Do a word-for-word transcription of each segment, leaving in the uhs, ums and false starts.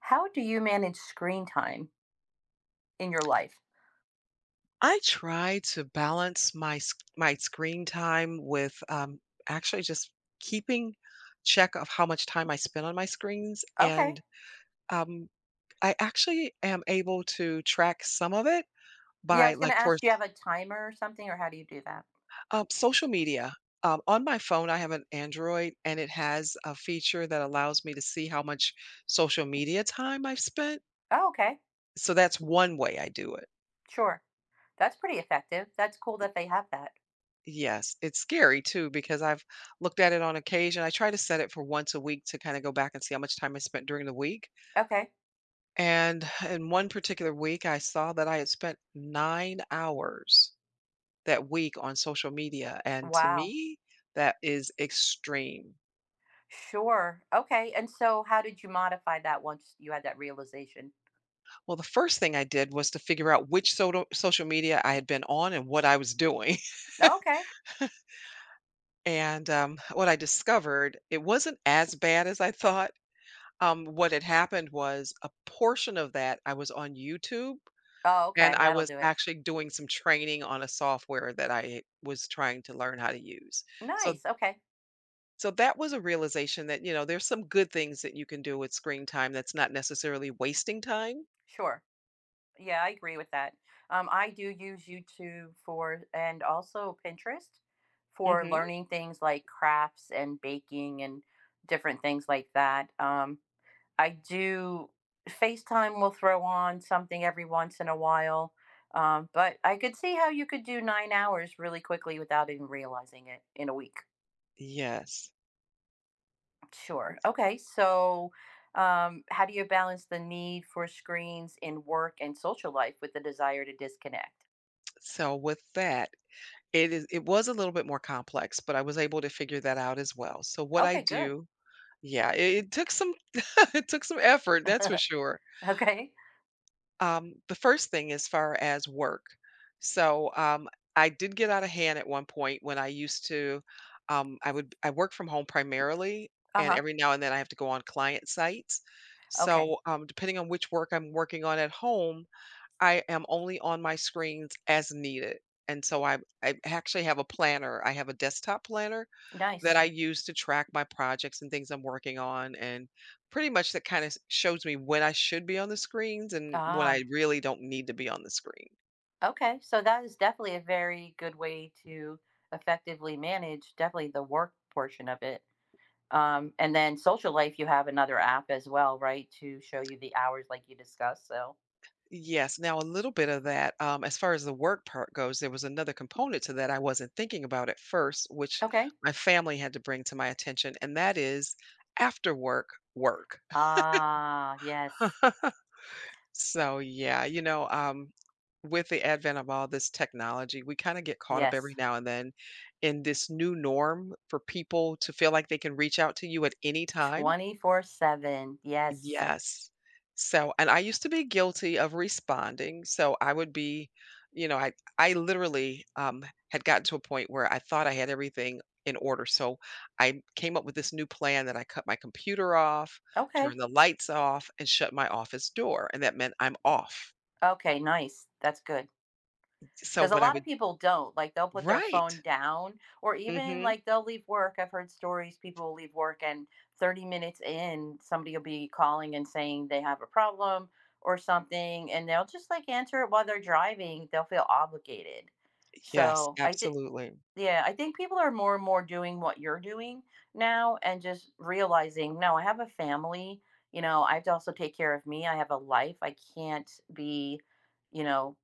How do you manage screen time in your life? I try to balance my s- my screen time with um, actually just keeping check of how much time I spend on my screens, Okay. and um, I actually am able to track some of it Yeah, I by was gonna like for ask, do you have a timer or something, or how do you do that? um, social media. Um, on my phone, I have an Android, and it has a feature that allows me to see how much social media time I've spent. Oh, okay. So that's one way I do it. Sure. That's pretty effective. That's cool that they have that. Yes, it's scary too because I've looked at it on occasion. I try to set it for once a week to kind of go back and see how much time I spent during the week. Okay. And in one particular week, I saw that I had spent nine hours that week on social media. And to Wow. me, that is extreme. Sure. Okay. And so how did you modify that once you had that realization? Well, the first thing I did was to figure out which so- social media I had been on and what I was doing. Okay. And um, what I discovered, it wasn't as bad as I thought. Um, what had happened was a portion of that I was on YouTube, Oh, and okay. I That'll was do it. actually doing some training on a software that I was trying to learn how to use. So Nice. Okay. so that was a realization that, you know, there's some good things that you can do with screen time that's not necessarily wasting time. Sure. Yeah, I agree with that. Um, I do use YouTube for and also Pinterest for Mhm. learning things like crafts and baking and different things like that. Um, I do FaceTime will throw on something every once in a while. Um, but I could see how you could do nine hours really quickly without even realizing it in a week. Yes. Sure. Okay. So, um, how do you balance the need for screens in work and social life with the desire to disconnect? So with that, it is it was a little bit more complex, but I was able to figure that out as well. So what I Okay, good. do, yeah, it, it took some it took some effort, that's for sure. Okay. Um, the first thing as far as work. So, um, I did get out of hand at one point when I used to um, I would I work from home primarily, and Uh-huh. every now and then I have to go on client sites. Okay. So, um, depending on which work I'm working on at home, I am only on my screens as needed. And so I I actually have a planner. I have a desktop planner that Nice. I use to track my projects and things I'm working on, and pretty much that kind of shows me when I should be on the screens and when Ah, I really don't need to be on the screen. okay. So that is definitely a very good way to effectively manage definitely the work portion of it. Um, and then social life, you have another app as well, right? To show you the hours like you discussed. So, Yes. Now, a little bit of that, um, as far as the work part goes, there was another component to that I wasn't thinking about at first, which okay. my family had to bring to my attention, and that is after work, work. Ah, yes. So, yeah, you know, um, with the advent of all this technology, we kind of get caught up Yes. every now and then in this new norm for people to feel like they can reach out to you at any time. twenty four seven. Yes. Yes. So, and I used to be guilty of responding. So I would be, you know, I I literally um, had gotten to a point where I thought I had everything in order. So I came up with this new plan that I cut my computer off, turn Okay. the lights off, and shut my office door, and that meant I'm off. Okay, nice. That's good. So Because a what I lot of would. people don't. Like, they'll put their phone Right. down, or even Mhm. like they'll leave work. I've heard stories people will leave work and thirty minutes in, somebody will be calling and saying they have a problem or something, and they'll just like answer it while they're driving. They'll feel obligated. Yes, So, I think, absolutely. yeah, I think people are more and more doing what you're doing now and just realizing, no, I have a family. You know, I have to also take care of me. I have a life. I can't be you know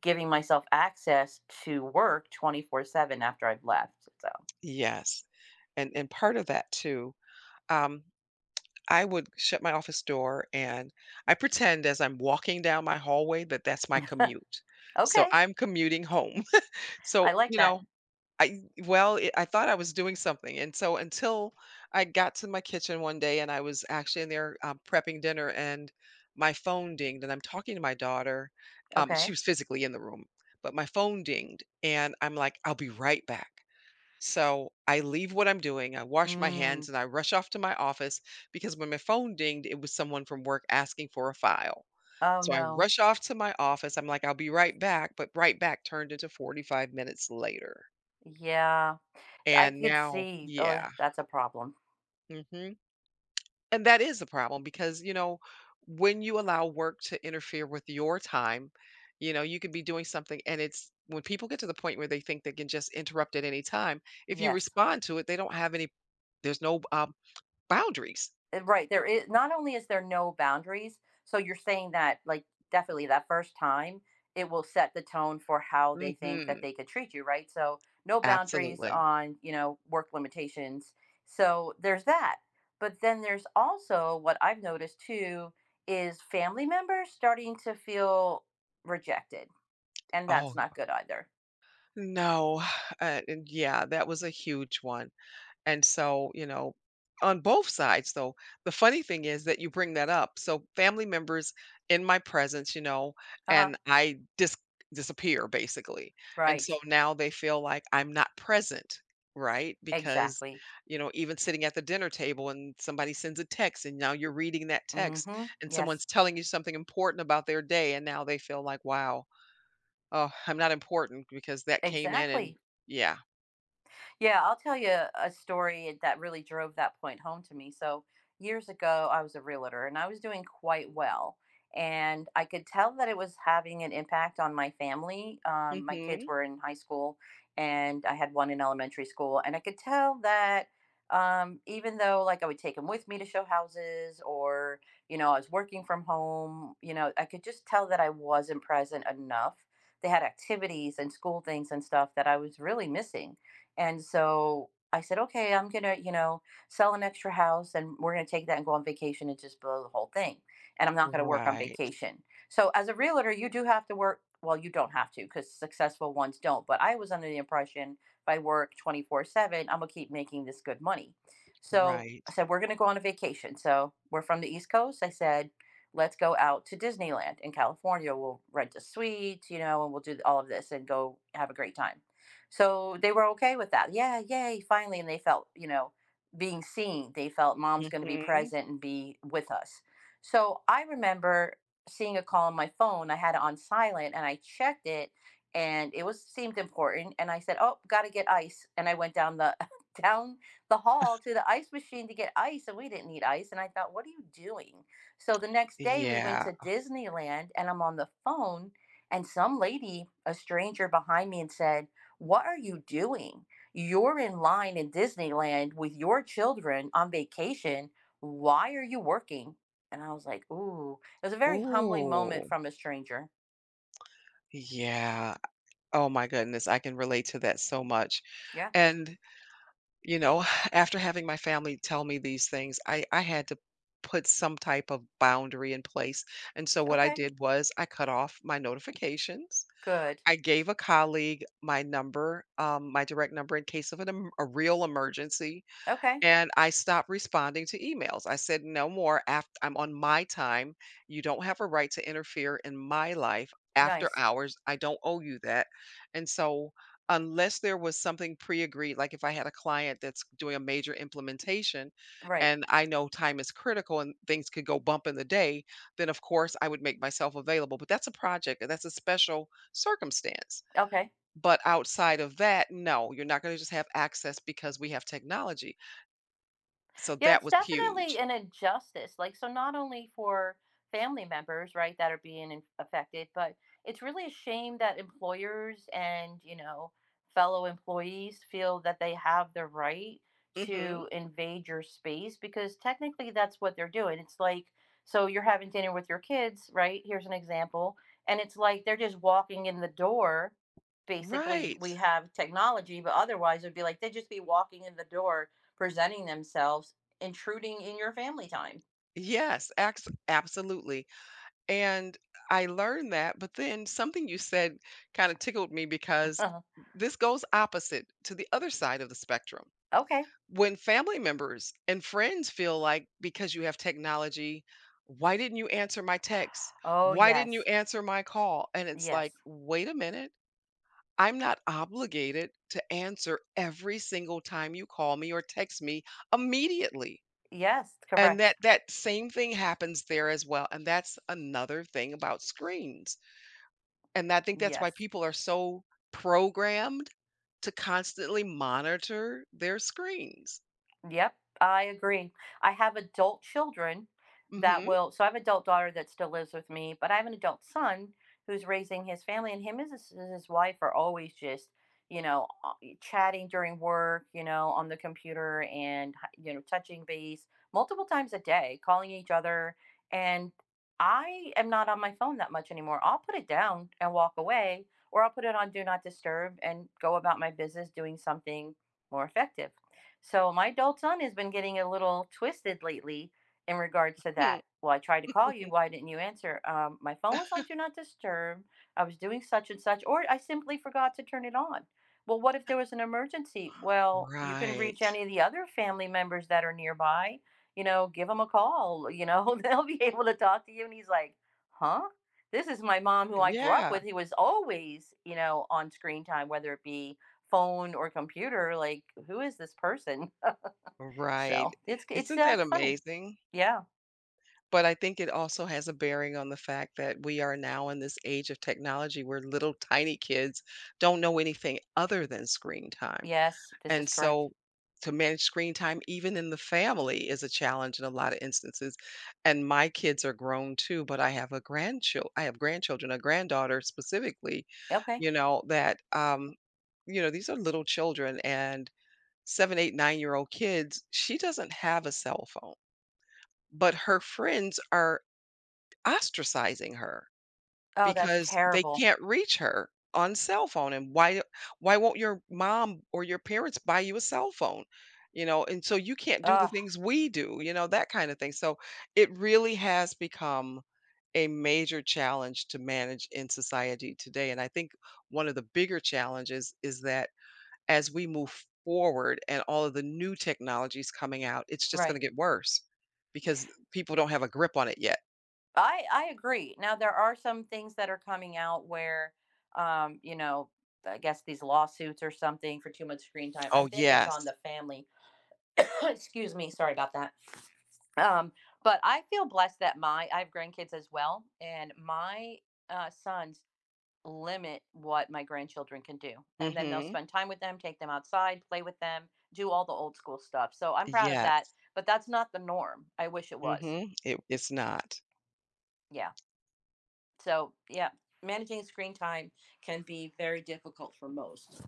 giving myself access to work twenty four seven after I've left. So, Yes, and and part of that too, um, I would shut my office door and I pretend as I'm walking down my hallway that that's my commute. So okay. I'm commuting home. I So, like you that. know I well, it I thought I was doing something, and so until I got to my kitchen one day and I was actually in there, um, prepping dinner and my phone dinged, and I'm talking to my daughter, um, she Okay. was physically in the room, but my phone dinged, and I'm like, "I'll be right back." So, I leave what I'm doing, I wash my Mm. hands, and I rush off to my office because when my phone dinged, it was someone from work asking for a file. Oh, So, I no. rush off to my office, I'm like, "I'll be right back," but right back turned into forty-five minutes later. Yeah. I And could now see. Oh, yeah, that's a problem. mhm, and that is a problem because, you know, when you allow work to interfere with your time, you know, you could be doing something and it's when people get to the point where they think they can just interrupt at any time, if you Yes. respond to it, they don't have any there's no, um, boundaries. Uh, Right. There is Not only is there no boundaries, so you're saying that like definitely that first time it will set the tone for how they think that Mhm, they could treat you, right? So no boundaries absolutely. on, you know, work limitations. So there's that. But then there's also what I've noticed too is family members starting to feel rejected, and that's Oh, not good either. no, uh, and yeah, that was a huge one. And so, you know, on both sides, though, the funny thing is that you bring that up. So family members in my presence, you know, Uh-huh. and I dis- disappear basically. And Right. so now they feel like I'm not present, right? Because, Exactly. you know, even sitting at the dinner table and somebody sends a text and now you're reading that text Mhm. and Yes. someone's telling you something important about their day. And now they feel like, wow, oh, I'm not important because that came in and Exactly. yeah. Yeah, I'll tell you a story that really drove that point home to me. So, years ago, I was a realtor and I was doing quite well. And I could tell that it was having an impact on my family. Um, my kids Hmm. were in high school and I had one in elementary school. And I could tell that um, even though, like, I would take them with me to show houses or, you know, I was working from home, you know, I could just tell that I wasn't present enough. They had activities and school things and stuff that I was really missing, and so I said, okay, I'm going to, you know, sell an extra house and we're going to take that and go on vacation and just blow the whole thing. And I'm not going to work on Right. vacation. So as a realtor, you do have to work. Well, you don't have to because successful ones don't. But I was under the impression if I work twenty four seven, I'm going to keep making this good money. So Right. I said, we're going to go on a vacation. So we're from the East Coast. I said, let's go out to Disneyland in California. We'll rent a suite, you know, and we'll do all of this and go have a great time. So they were okay with that. Yeah, yay, finally. And they felt, you know, being seen. They felt mom's going to be Mhm. present and be with us. So I remember seeing a call on my phone. I had it on silent and I checked it and it was, seemed important. And I said, oh, gotta get ice. And I went down the down the hall to the ice machine to get ice, and we didn't need ice. And I thought, what are you doing? So the next day we went Yeah. to Disneyland and I'm on the phone, and some lady, a stranger behind me, and said, what are you doing? You're in line in Disneyland with your children on vacation. Why are you working? And I was like, ooh, it was a very humbling moment Ooh. from a stranger. Yeah. Oh my goodness, I can relate to that so much. Yeah. And, you know, after having my family tell me these things, I I had to put some type of boundary in place. And so what I Okay. did was I cut off my notifications. Good. I gave a colleague my number, um, my direct number in case of an em- a real emergency. Okay. And I stopped responding to emails. I said, "No more. After I'm on my time. You don't have a right to interfere in my life after Nice. hours. I don't owe you that." And so, unless there was something pre-agreed, like if I had a client that's doing a major implementation, Right. and I know time is critical and things could go bump in the day, then of course I would make myself available. But that's a project and that's a special circumstance. Okay. But outside of that, no, you're not going to just have access because we have technology so Yeah, that it's was definitely huge. an injustice. Like, so not only for family members, right, that are being in- affected, but it's really a shame that employers and, you know, fellow employees feel that they have the right to Mhm. invade your space, because technically that's what they're doing. It's like, so you're having dinner with your kids, right? Here's an example. And it's like they're just walking in the door. Basically, Right. we have technology, but otherwise it would be like they'd just be walking in the door, presenting themselves, intruding in your family time. Yes, ax absolutely. And I learned that, but then something you said kinda tickled me because this goes opposite to the other side of the spectrum. Okay. When family members and friends feel like because you have technology, "Why didn't you answer my text? Oh, Why didn't you yes. answer my call?" And it's like, Yes. "Wait a minute. I'm not obligated to answer every single time you call me or text me immediately." Yes. And Correct. that that same thing happens there as well, and that's another thing about screens, and I think that's why Yes. people are so programmed to constantly monitor their screens. Yep, I agree. I have adult children that Mhm, will, so I have an adult daughter that still lives with me, but I have an adult son who's raising his family, and him and his, and his wife are always just, you know, uh, chatting during work, you know, on the computer and, you know, touching base multiple times a day, calling each other. And I am not on my phone that much anymore. I'll put it down and walk away, or I'll put it on do not disturb and go about my business doing something more effective. So my adult son has been getting a little twisted lately in regards to hmm. that. Well, I tried to call you. Why didn't you answer? Um, my phone was on Do Not Disturb. I was doing such and such, or I simply forgot to turn it on. Well, what if there was an emergency? Well, you can reach Right. any of the other family members that are nearby. You know, give them a call. You know, they'll be able to talk to you. And he's like, huh? This is my mom who I grew up Yeah. with, who was always, you know, on screen time, whether it be phone or computer, like, who is this person? Right. So, it's it's, Isn't uh, that funny. amazing? Yeah. But I think it also has a bearing on the fact that we are now in this age of technology where little tiny kids don't know anything other than screen time. Yes, this is And correct. so to manage screen time, even in the family, is a challenge in a lot of instances. And my kids are grown too, but I have a grandchild. I have grandchildren, a granddaughter specifically, Okay. you know, that, um, you know, these are little children and seven, eight, nine year old kids. She doesn't have a cell phone, but her friends are ostracizing her Oh, that's because they terrible. can't reach her on cell phone, and why why won't your mom or your parents buy you a cell phone? You know, and so you can't do the Oh, things we do, you know, that kind of thing. So it really has become a major challenge to manage in society today, and I think one of the bigger challenges is that as we move forward and all of the new technologies coming out, it's just right. gonna get worse because people don't have a grip on it yet. I I agree. Now there are some things that are coming out where, um, you know, I guess these lawsuits or something for too much screen time. I Oh, think it's on yes. the family. Excuse me, sorry about that. Um, but I feel blessed that my I have grandkids as well, and my, uh, sons limit what my grandchildren can do. And then they'll Mhm. spend time with them, take them outside, play with them, do all the old school stuff. So I'm proud of that, Yes. but that's not the norm. I wish it was. Mhm. It it's not. Yeah. So, yeah, managing screen time can be very difficult for most.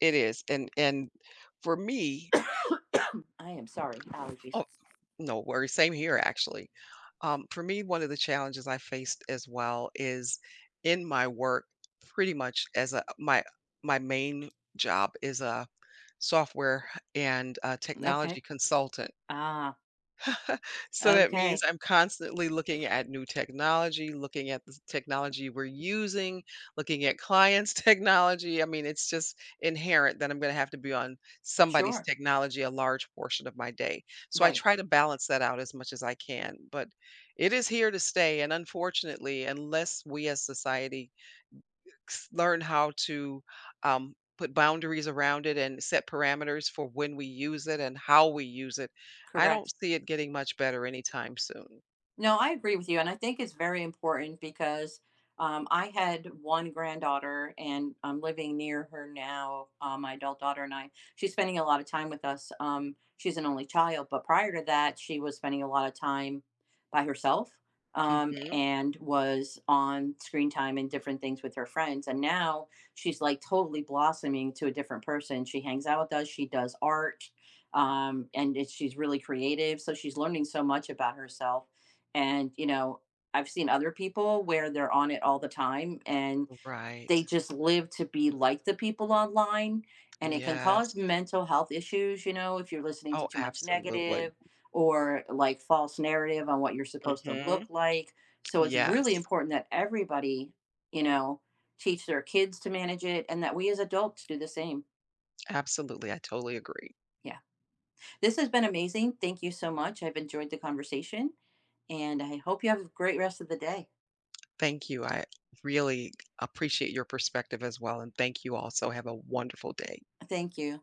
It is, and and for me. I am sorry, allergies. Oh, no worries, same here actually. Um, for me, one of the challenges I faced as well is in my work pretty much as a my my main job is a software and a Okay. technology consultant. Ah, So that means okay. I'm constantly looking at new technology, looking at the technology we're using, looking at clients' technology. I mean, it's just inherent that I'm going to have to be on somebody's Sure. technology a large portion of my day. So I Right. try to balance that out as much as I can. But it is here to stay. And unfortunately, unless we as society s- learn how to um, put boundaries around it and set parameters for when we use it and how we use it. I don't Correct. see it getting much better anytime soon. No, I agree with you, and I think it's very important because um, I had one granddaughter, and I'm living near her now. Uh, my adult daughter and I, she's spending a lot of time with us. Um, she's an only child, but prior to that, she was spending a lot of time by herself, um, Hmm. and was on screen time and different things with her friends. And now she's like totally blossoming to a different person. She hangs out with us, she does art. Um, and it, she's really creative, so she's learning so much about herself, and, you know, I've seen other people where they're on it all the time and Right. they just live to be like the people online. And it can cause Yes. mental health issues, you know, if you're listening to Oh, too much absolutely. negative or like false narrative on what you're supposed to Hmm. look like. So it's really Yes. important that everybody, you know, teach their kids to manage it and that we as adults do the same. Absolutely. I totally agree. Yeah. This has been amazing. Thank you so much. I've enjoyed the conversation and I hope you have a great rest of the day. Thank you. I really appreciate your perspective as well, and thank you also. Have a wonderful day. Thank you.